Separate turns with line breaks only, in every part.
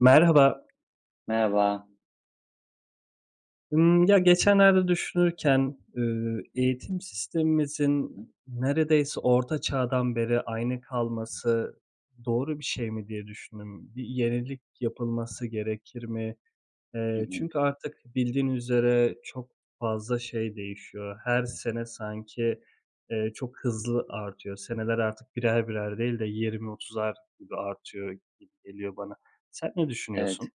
Merhaba.
Merhaba.
Ya geçenlerde düşünürken, eğitim
Hı
sistemimizin
hı.
neredeyse orta çağdan beri aynı kalması doğru bir şey mi diye düşündüm. Bir yenilik yapılması gerekir mi?
Hı
Eee,
hı.
çünkü artık bildiğin üzere çok fazla şey değişiyor. Her sene sanki, çok hızlı artıyor. Seneler artık birer birer değil de 20-30'ar gibi artıyor gibi geliyor bana. Sen ne
Evet.
düşünüyorsun?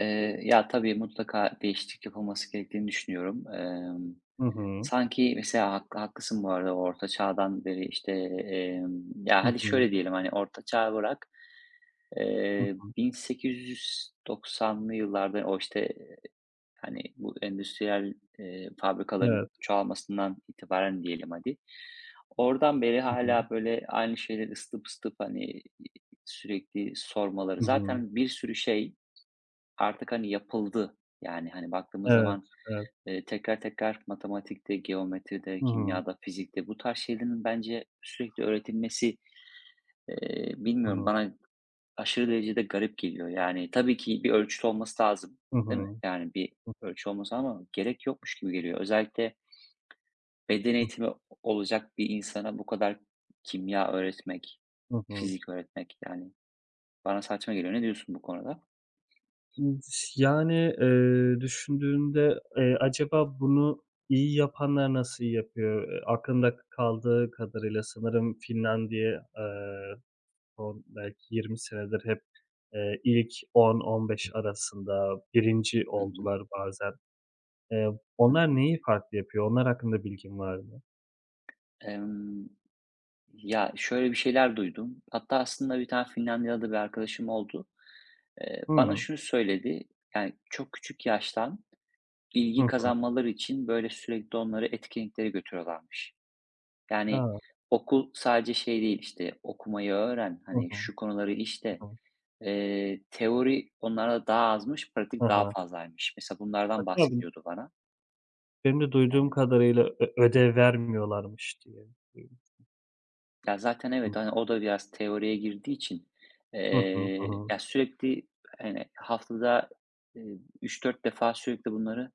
Ya, tabii mutlaka değişiklik yapılması gerektiğini düşünüyorum.
Hı hı.
Sanki mesela haklısın bu arada, Orta Çağ'dan beri, işte, ya,
Hı
hadi
hı.
şöyle diyelim, hani, Orta Çağ'ı bırak,
Hı hı.
1890'lı yıllarda o, işte, hani, bu endüstriyel, fabrikaların
Evet.
çoğalmasından itibaren diyelim hadi. Oradan beri
Hı hı.
hala böyle, aynı şeyleri ısıtıp ısıtıp, hani, sürekli sormaları.
Hı hı.
Zaten bir sürü şey artık, hani, yapıldı. Yani, hani, baktığımız
Evet,
zaman,
evet.
tekrar tekrar matematikte, geometride,
Hı hı.
kimyada, fizikte bu tarz şeylerin bence sürekli öğretilmesi,
Hı
bilmiyorum,
hı.
bana aşırı derecede garip geliyor. Yani, tabii ki bir ölçüt olması lazım,
Hı
değil mi?
hı.
Yani, bir
Hı
ölçü olması ama gerek yokmuş gibi geliyor. Özellikle beden
hı.
eğitimi olacak bir insana bu kadar kimya öğretmek,
Hı hı.
fizik öğretmek, yani, bana saçma geliyor. Ne diyorsun bu konuda?
yani, düşündüğünde, acaba bunu iyi yapanlar nasıl yapıyor? Aklımda kaldığı kadarıyla sanırım Finlandiya, eee, son belki 20 senedir hep, ilk 10-15 arasında birinci
Hı hı.
oldular bazen. Eee,
Hı.
onlar neyi farklı yapıyor? Onlar hakkında bilgin var mı?
Emm, Ya, şöyle bir şeyler duydum. Hatta aslında bir tane Finlandiyalı bir arkadaşım oldu. Bana
Hıı.
şunu söyledi, yani, çok küçük yaştan
Hı
ilgi
hı.
kazanmaları için böyle sürekli onları etkinliklere götürüyorlarmış. Yani
A!
okul sadece şey değil işte, okumayı öğren,
Hı
hani
hı.
şu konuları işte,
Hı hı.
teori onlarda daha azmış,
Hı
pratik daha
hı.
fazlaymış. Mesela bunlardan bahsediyordu bana.
Benim de duyduğum
Yani
kadarıyla ödev vermiyorlarmış diye.
ya zaten evet, hani o da biraz teoriye girdiği için
Hı hı, hı hı,
ya sürekli hani haftada eee, 3-4 defa sürekli bunları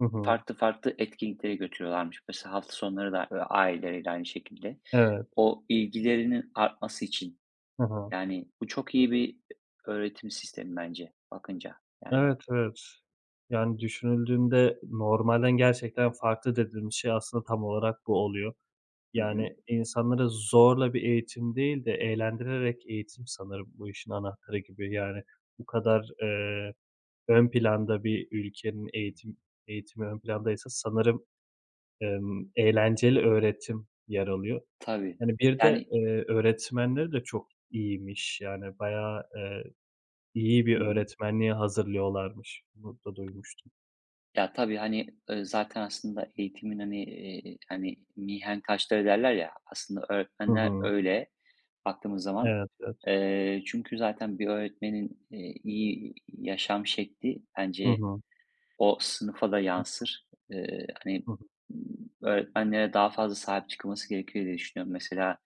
hı hı.
farklı farklı etkinliklere götürüyorlarmış. Mesela hafta sonları da, aileleriyle aynı şekilde.
Evet,
O ilgilerinin artması için.
hı hı.
Yani bu çok iyi bir öğretim sistemi bence bakınca. Yani.
Evet, evet. Yani düşünüldüğünde normalden gerçekten farklı dediğimiz şey aslında tam olarak bu oluyor.
Hı hı.
Yani insanlara zorla bir eğitim değil de eğlendirerek eğitim sanırım bu işin anahtarı gibi. Yani bu kadar, ön planda bir ülkenin eğitimi ön plandaysa sanırım, eğlenceli öğretim yer alıyor.
Tabii.
Yani, bir de,
Yani.
öğretmenleri de çok iyiymiş. Yani, bayağı, iyi bir
Hı hı.
öğretmenliğe hazırlıyorlarmış. Bunu da duymuştum.
Ya, tabii, hani, zaten aslında eğitimin, hani, hani, mihenk taşları derler ya, aslında
Hı
öğretmenler
hı.
öyle baktığımız zaman.
Evet, evet.
Çünkü zaten bir öğretmenin, iyi yaşam şekli
Hı
bence
hı.
o sınıfa da yansır. Hani,
Hı hı.
öğretmenlere daha fazla sahip çıkılması gerekiyor diye düşünüyorum. Mesela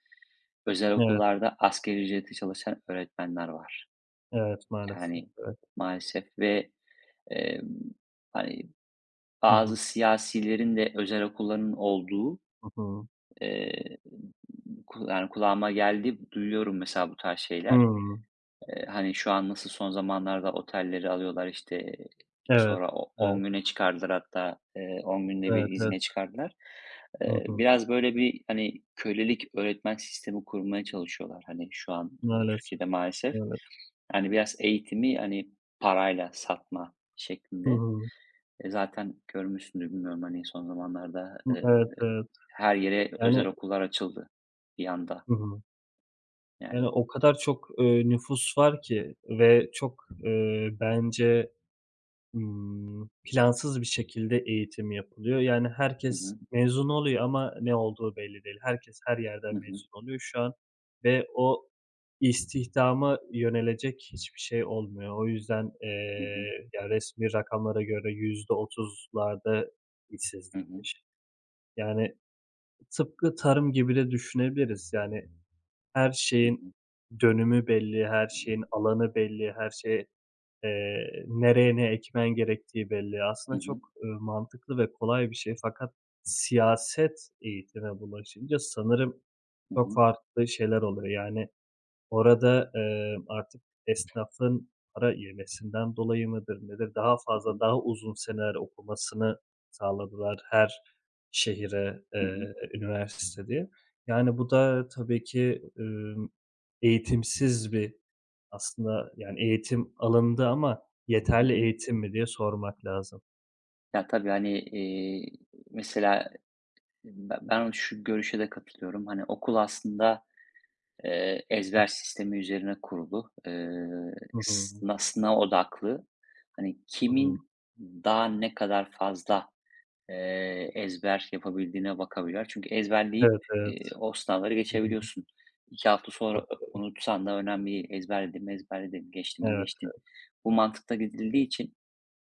özel
Evet,
okullarda asgari ücretle çalışan öğretmenler var.
evet, maalesef.
Yani
Evet.
maalesef ve, emm, hani,
Hı
bazı
hı.
siyasilerin de özel okulların olduğu,
Hı hı.
eee, yani kulağıma geldi, duyuyorum mesela bu tarz şeyler.
Hımm.
Hani, şu an nasıl son zamanlarda otelleri alıyorlar, işte,
Evet,
sonra o 10
evet,
güne çıkardılar hatta, 10 günde bir
evet, evet.
izine çıkardılar.
Hı hı.
Biraz böyle bir, hani, kölelik öğretmen sistemi kurmaya çalışıyorlar, hani, şu an,
Maalesef,
Türkiye'de maalesef.
evet.
Hani, biraz eğitimi, hani, parayla satma
Hı
şeklinde.
hı.
E, zaten görmüşsündür bilmiyorum, hani, son zamanlarda,
Evet, evet.
her yere
Yani.
özel okullar açıldı bir anda
Hı hı. Yani,
yani.
o kadar çok, nüfus var ki ve çok, bence plansız bir şekilde eğitim yapılıyor. Yani,
Hı
herkes
hı.
mezun oluyor ama ne olduğu belli değil. Herkes her yerden
Hı hı.
mezun oluyor şu an ve o istihdama yönelecek hiçbir şey olmuyor. O yüzden,
Hı hı.
ya, resmi rakamlara göre %30'larda
Hı hı.
işsizlikmiş. Yani, tıpkı tarım gibi de düşünebiliriz. Yani, her
Hı
şeyin
hı.
dönümü belli, her şeyin alanı belli, her şeye, nereye ne ekmen gerektiği belli.
Hı
Aslında
hı.
çok, mantıklı ve kolay bir şey, fakat siyaset eğitime bulaşınca sanırım
Hı
çok
hı.
farklı şeyler oluyor. Yani orada, artık esnafın para yemesinden dolayı mıdır, nedir, daha
Hı
fazla,
hı.
daha uzun seneler okumasını sağladılar her şehire,
Hı hı.
üniversite diye. Yani bu da tabii ki, eğitimsiz bir aslında, yani, eğitim alındı ama
Hı
yeterli
hı.
eğitim mi diye sormak lazım.
Ya, tabii, hani, mesela ben şu görüşe de katılıyorum. Hani, okul aslında,
Hı
ezber sistemi üzerine kurulu. Eee,
hı hı.
sına sınav odaklı. Hani,
Hı.
kimin daha ne kadar fazla, ezber yapabildiğine bakabiliyorlar. Çünkü ezberleyip,
Evet, evet.
o sınavları
Hı hı.
geçebiliyorsun. 2 hafta
Çok.
sonra unutsan da önemli değil. Ezberledin mi ezberledin, mi
Evet.
geçtin. Bu mantıkla gidildiği için,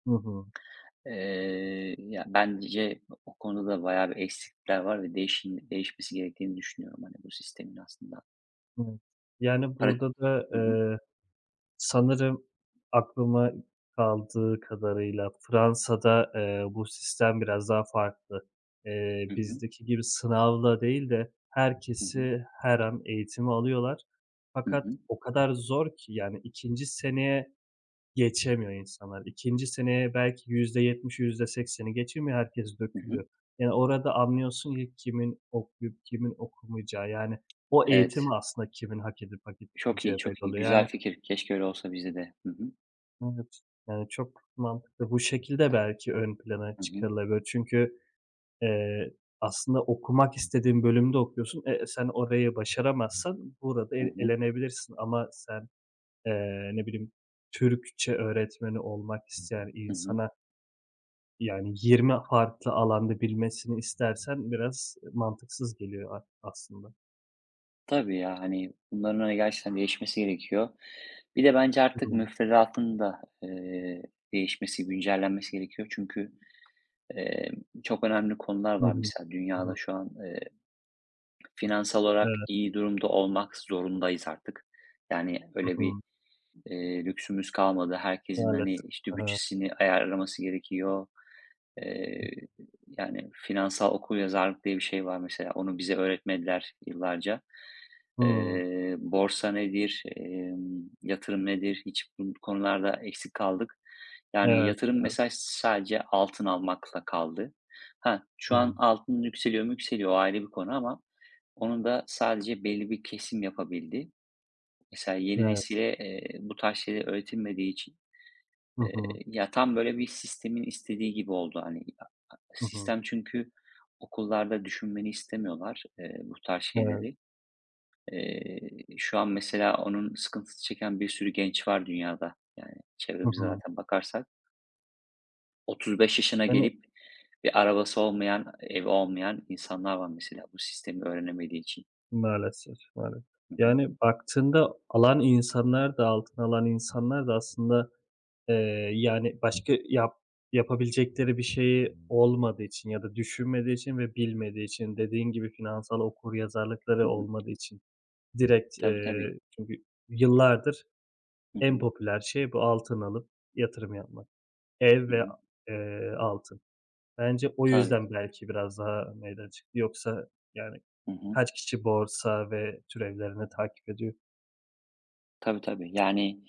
Hı hı.
Ya, bence o konuda bayağı bir eksiklikler var ve değişmesi gerektiğini düşünüyorum, hani, bu sistemin aslında.
Evet. Yani,
Para.
burada da,
Hı hı.
sanırım aklıma kaldığı kadarıyla Fransa'da, bu sistem biraz daha farklı. Eee,
Hı hı.
bizdeki gibi sınavla değil de
Hı hı.
herkesi her an eğitimi alıyorlar.
Hı
Fakat
hı.
o kadar zor ki, yani, ikinci seneye geçemiyor insanlar. İkinci seneye belki %70'i, yüzde %80'i geçemiyor, herkes
Hı hı.
dökülüyor. Yani orada anlıyorsun ki kimin okuyup kimin okumayacağı, yani o
Evet.
eğitimi aslında kimin hak edip hak
Çok
etmeyeceği
iyi, çok
belli
iyi.
oluyor. Yani
Güzel fikir. Keşke öyle olsa bizde de. Hı hı.
evet, yani çok mantıklı. Bu şekilde belki ön plana
Hı hı.
çıkarılabilir. Çünkü, eee, aslında okumak istediğin bölümde okuyorsun. Sen orayı başaramazsan burada
Hı
el
hı.
elenebilirsin ama sen, ne bileyim, Türkçe öğretmeni olmak isteyen
Hı hı.
insana. Yani 20 farklı alanda bilmesini istersen biraz mantıksız geliyor aslında.
Tabii ya, hani, bunların, hani, gerçekten değişmesi gerekiyor. Bir de bence artık
Hımm.
müfredatın da, değişmesi, güncellenmesi gerekiyor. Çünkü, eee, çok önemli konular
Hı
var
hı.
mesela
Hı hı.
dünyada
Hı.
şu an. Finansal olarak
Evet.
iyi durumda olmak zorundayız artık. Yani
Hı
öyle bir,
hı.
lüksümüz kalmadı. Herkesin, hani,
Maalesef. Hı
işte,
hı.
bütçesini ayarlaması gerekiyor. Eee, Yani finansal okuryazarlık diye bir şey var mesela. Onu bize öğretmediler yıllarca. Borsa nedir, yatırım nedir? Hiç bu konularda eksik kaldık. Yani
Evet.
yatırım mesela sadece altın almakla kaldı. Ha,
Hı
şu an
hı.
altın yükseliyor mu? Yükseliyor, o ayrı bir konu ama onun da sadece belli bir kesim yapabildi. Mesela yeni
Evet.
nesile, bu tarz şeyler öğretilmediği için,
Hı
eee,
hı.
ya, tam böyle bir sistemin istediği gibi oldu. Hani,
Hı hı.
sistem çünkü okullarda düşünmeni istemiyorlar, bu tarz
Evet.
şeyleri. Eee, Şu an mesela onun sıkıntısı çeken bir sürü genç var dünyada. Yani
Hı
çevremize
hı.
zaten bakarsak 35 yaşına
Yani
gelip bir arabası olmayan, evi olmayan insanlar var mesela bu sistemi öğrenemediği için.
maalesef, maalesef.
Hı hı.
Yani baktığında alan insanlar da altına alan insanlar da aslında, yani, başka yapabilecekleri bir şeyi olmadığı için ya da düşünmediği için ve bilmediği için, dediğin gibi finansal okuryazarlıkları
Hı hı.
olmadığı için direkt,
Tabii, tabii.
çünkü yıllardır
Hı
en
hı.
popüler şey bu, altın alıp yatırım yapmak. Ev
Hı
ve,
hı.
altın. Bence o
Tabii.
yüzden belki biraz daha meydana çıktı. Yoksa, yani,
Hı hı.
kaç kişi borsa ve türevlerini takip ediyor?
Tabii, tabii. Yani,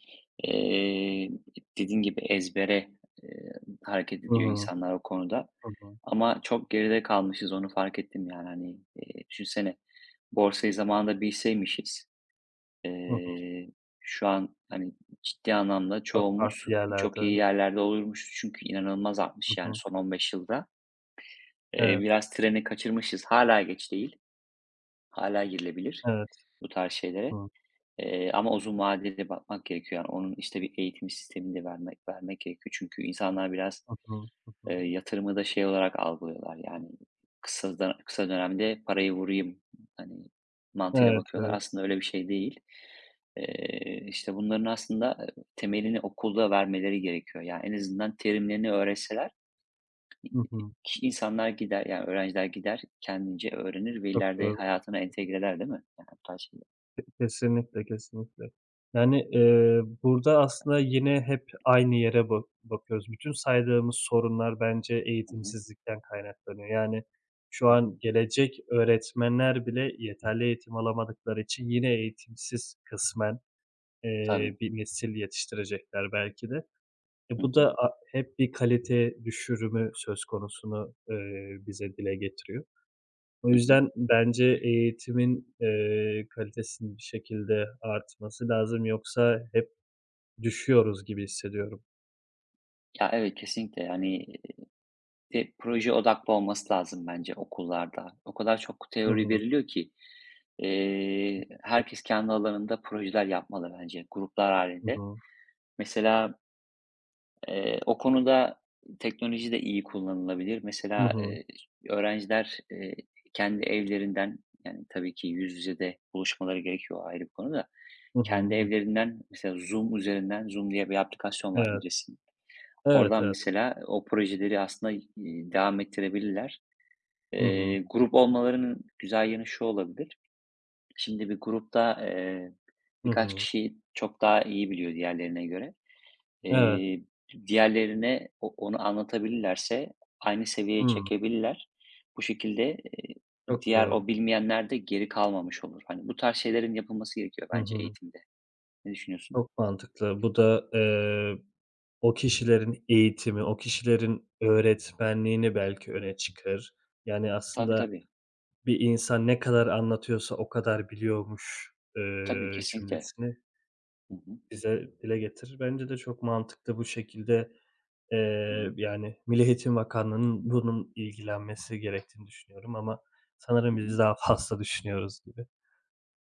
eee, dediğin gibi ezbere, eee, hareket
Hı
ediyor
hı.
insanlar o konuda
Hı hı.
ama çok geride kalmışız, onu fark ettim yani. Hani, düşünsene borsayı zamanında bilseymişiz,
Hı hı.
eee, şu an, hani, ciddi anlamda
Çok
çoğumuz
farklı
çok iyi
yerlerde.
yerlerde olurmuşuz çünkü inanılmaz
Hı
artmış yani
hı.
son 15 yılda.
Evet,
Biraz treni kaçırmışız. Hala geç değil, hala girilebilir
evet.
bu tarz şeylere.
Hı.
Ama uzun vadeli bakmak gerekiyor. Yani onun işte bir eğitim sistemini de vermek gerekiyor. Çünkü insanlar biraz,
Hı hı. Hı hı.
yatırımı da şey olarak algılıyorlar, yani kısa dönemde parayı vurayım, hani, mantığıyla
Evet,
bakıyorlar.
evet.
Aslında öyle bir şey değil. İşte bunların aslında, temelini okulda vermeleri gerekiyor. Yani en azından terimlerini öğrenseler
Hı hı.
ki insanlar gider, yani öğrenciler gider, kendince öğrenir ve
Çok
ileride
doğru.
hayatına entegreler, değil mi? Yani bu tarz şeyler.
Kesinlikle, kesinlikle. Yani, burada aslında yine hep aynı yere bakıyoruz. Bütün saydığımız sorunlar bence
Hı hı.
eğitimsizlikten kaynaklanıyor. Yani, şu
Hı hı.
an gelecek öğretmenler bile yeterli eğitim alamadıkları için yine eğitimsiz kısmen,
Tabii.
bir nesil yetiştirecekler belki de. E,
Hı
bu
hı.
da hep bir kalite düşürümü söz konusunu, bize dile getiriyor. O
Hı hı.
yüzden bence eğitimin, kalitesinin bir şekilde artması lazım, yoksa hep düşüyoruz gibi hissediyorum.
Ya, evet, kesinlikle. Yani, proje odaklı olması lazım bence okullarda. O kadar çok
Hı
teori
hı.
veriliyor ki, herkes kendi alanında projeler yapmalı bence, gruplar
Hı
halinde.
hı.
Mesela, o konuda teknoloji de iyi kullanılabilir.
Hı
Mesela,
hı.
öğrenciler, kendi evlerinden, yani, tabii ki yüz yüze de buluşmaları gerekiyor, ayrı bir konu da.
Hı hı.
Kendi
Hı.
evlerinden mesela Zoom üzerinden, Zoom diye bir aplikasyon var,
Evet.
bilirsin.
Evet,
Oradan
evet.
mesela o projeleri aslında, devam ettirebilirler.
Hı hı.
Grup olmalarının güzel yanı şu olabilir. Şimdi bir grupta,
Hı
birkaç
hı.
kişi çok daha iyi biliyor diğerlerine göre.
Evet.
Eee, Diğerlerine onu anlatabilirlerse aynı seviyeye
Hıı.
çekebilirler. Bu şekilde,
Çok doğru.
o bilmeyenler de geri kalmamış olur. Hani, bu tarz şeylerin yapılması gerekiyor
Hı
bence
hı.
eğitimde. Ne düşünüyorsun?
Çok mantıklı. Bu da, o kişilerin eğitimi, o kişilerin öğretmenliğini belki öne çıkar. Yani,
Tabii,
aslında
tabii.
bir insan ne kadar anlatıyorsa o kadar biliyormuş,
Tabii, kesinlikle.
cümlesini
Hı hı.
bize dile getirir. Bence de çok mantıklı bu şekilde,
Hı hı.
yani, Milli Eğitim Bakanlığı'nın bunun ilgilenmesi gerektiğini düşünüyorum ama
Hı
sanırım biz
hı.
daha fazla düşünüyoruz gibi.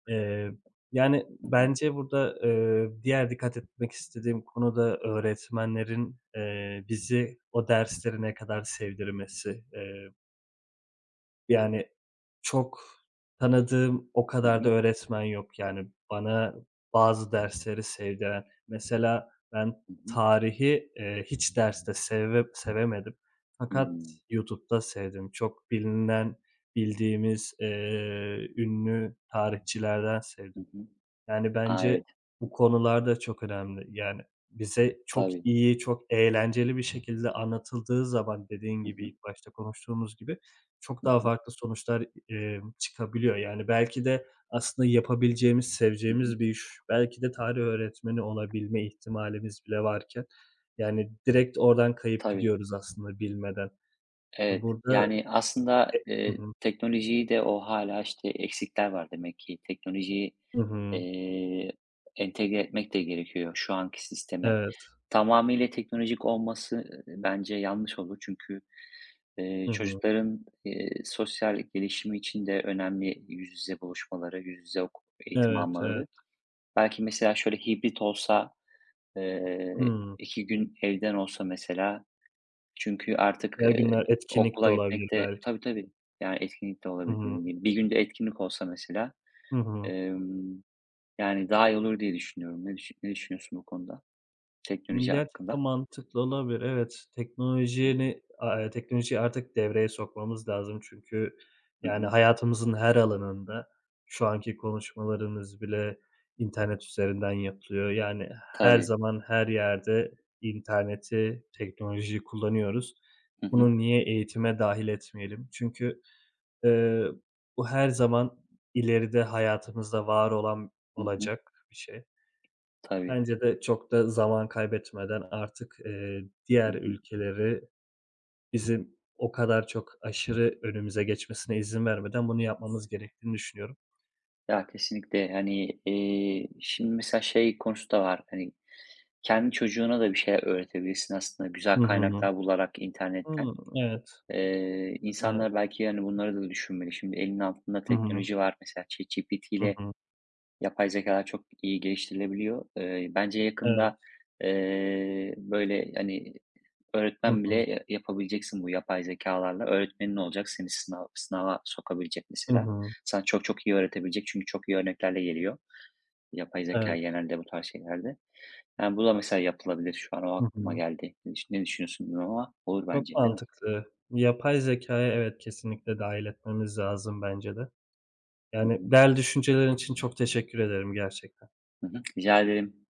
Eee, yani,
Hı hı.
bence burada, diğer dikkat etmek istediğim konu da öğretmenlerin, bizi o dersleri ne kadar sevdirmesi, yani, çok tanıdığım o
Hı
kadar da
hı.
öğretmen yok. Yani, bana bazı dersleri sevdiren. Mesela ben
Hı hı.
tarihi, hiç derste sevemedim fakat
Hımm.
YouTube'da sevdim. Çok bilinen, bildiğimiz, ünlü tarihçilerden
Hı
sevdim.
hı.
Yani,
A,
bence
evet.
bu konular da çok önemli. Yani, bize çok
Tabii.
iyi, çok eğlenceli bir şekilde anlatıldığı zaman, dediğin
Hı
gibi,
hı.
ilk başta konuştuğumuz gibi çok
Hı
daha
hı.
farklı sonuçlar, çıkabiliyor. Yani, belki de aslında yapabileceğimiz,
Hı hı.
seveceğimiz bir iş, belki de tarih öğretmeni olabilme ihtimalimiz bile varken, yani, direkt oradan kayıp
Tabii.
gidiyoruz aslında bilmeden.
Evet.
Burada
Yani,
e
aslında,
Hı hı.
teknolojiyi de o hâlâ, işte, eksikler var demek ki. Teknolojiyi,
Hı hı.
eee, entegre etmek de gerekiyor şu anki sisteme.
Evet.
Tamamıyla teknolojik olması, bence yanlış olur. Çünkü,
Hı hı.
çocukların, sosyal gelişimi için de önemli yüz yüze buluşmaları, yüz yüze eğitim
Evet, evet.
almaları. Belki mesela şöyle hibrit olsa. Eee,
Hımm.
2 gün evden olsa mesela, çünkü artık,
Diğer günler etkinlik de
okula
olabilir
gitmek de.
belki.
Tabii, tabii. Yani etkinlik de
Hı
olabilir
hı.
dediğin gibi. Bir günde etkinlik olsa mesela,
Hı hı.
emm, yani daha iyi olur diye düşünüyorum. Ne düşünüyorsun bu konuda? Teknoloji
Gerçekten
hakkında?
mantıklı olabilir. Evet,
Hı hı.
teknolojiyi artık devreye sokmamız lazım, çünkü
Hı
yani
hı.
hayatımızın her alanında şu anki konuşmalarımız bile internet üzerinden yapılıyor. Yani her
Tabii.
zaman, her yerde interneti, teknolojiyi kullanıyoruz.
Hı hı.
Bunu niye eğitime dahil etmeyelim? Çünkü, eee, bu her zaman ileride hayatımızda var olan,
Hı hı.
olacak bir şey.
Tabii.
Bence de çok da zaman kaybetmeden artık,
Hı
diğer
hı.
ülkeleri bizim o kadar çok aşırı önümüze geçmesine izin vermeden bunu yapmamız gerektiğini düşünüyorum.
Ya, kesinlikle. Hani, şimdi mesela şey konusu da var. Hani, kendi çocuğuna da bir şey öğretebilirsin aslında, güzel
Hı hı.
kaynaklar bularak internetten.
Hımm, evet, evet.
İnsanlar belki, yani, bunları da düşünmeli. Şimdi elinin altında
Hı hı.
teknoloji var. Mesela ChatGPT
Hı
ile
hı.
yapay zekâlar çok iyi geliştirilebiliyor. Bence
Evet.
yakında, böyle, hani,
Hı
öğretmen bile
hı.
ya yapabileceksin bu yapay zekalarla. Öğretmenin olacak, seni sınava sokabilecek
Hı
mesela.
hı.
Sana çok çok iyi öğretebilecek çünkü çok iyi örneklerle geliyor yapay
Evet.
zeka genelde bu tarz şeylerde. Yani, bu da mesela yapılabilir. Şu an o
Hı
aklıma
hı.
geldi. Ne düşünüyorsun bilmiyorum ama olur
Çok
bence, değil mi?
mantıklı. Yapay zekâyı, evet, kesinlikle dâhil etmemiz lazım bence de.
Hı
Yani
hı.
değerli düşüncelerin için çok teşekkür ederim gerçekten.
Hı hı. Rica ederim.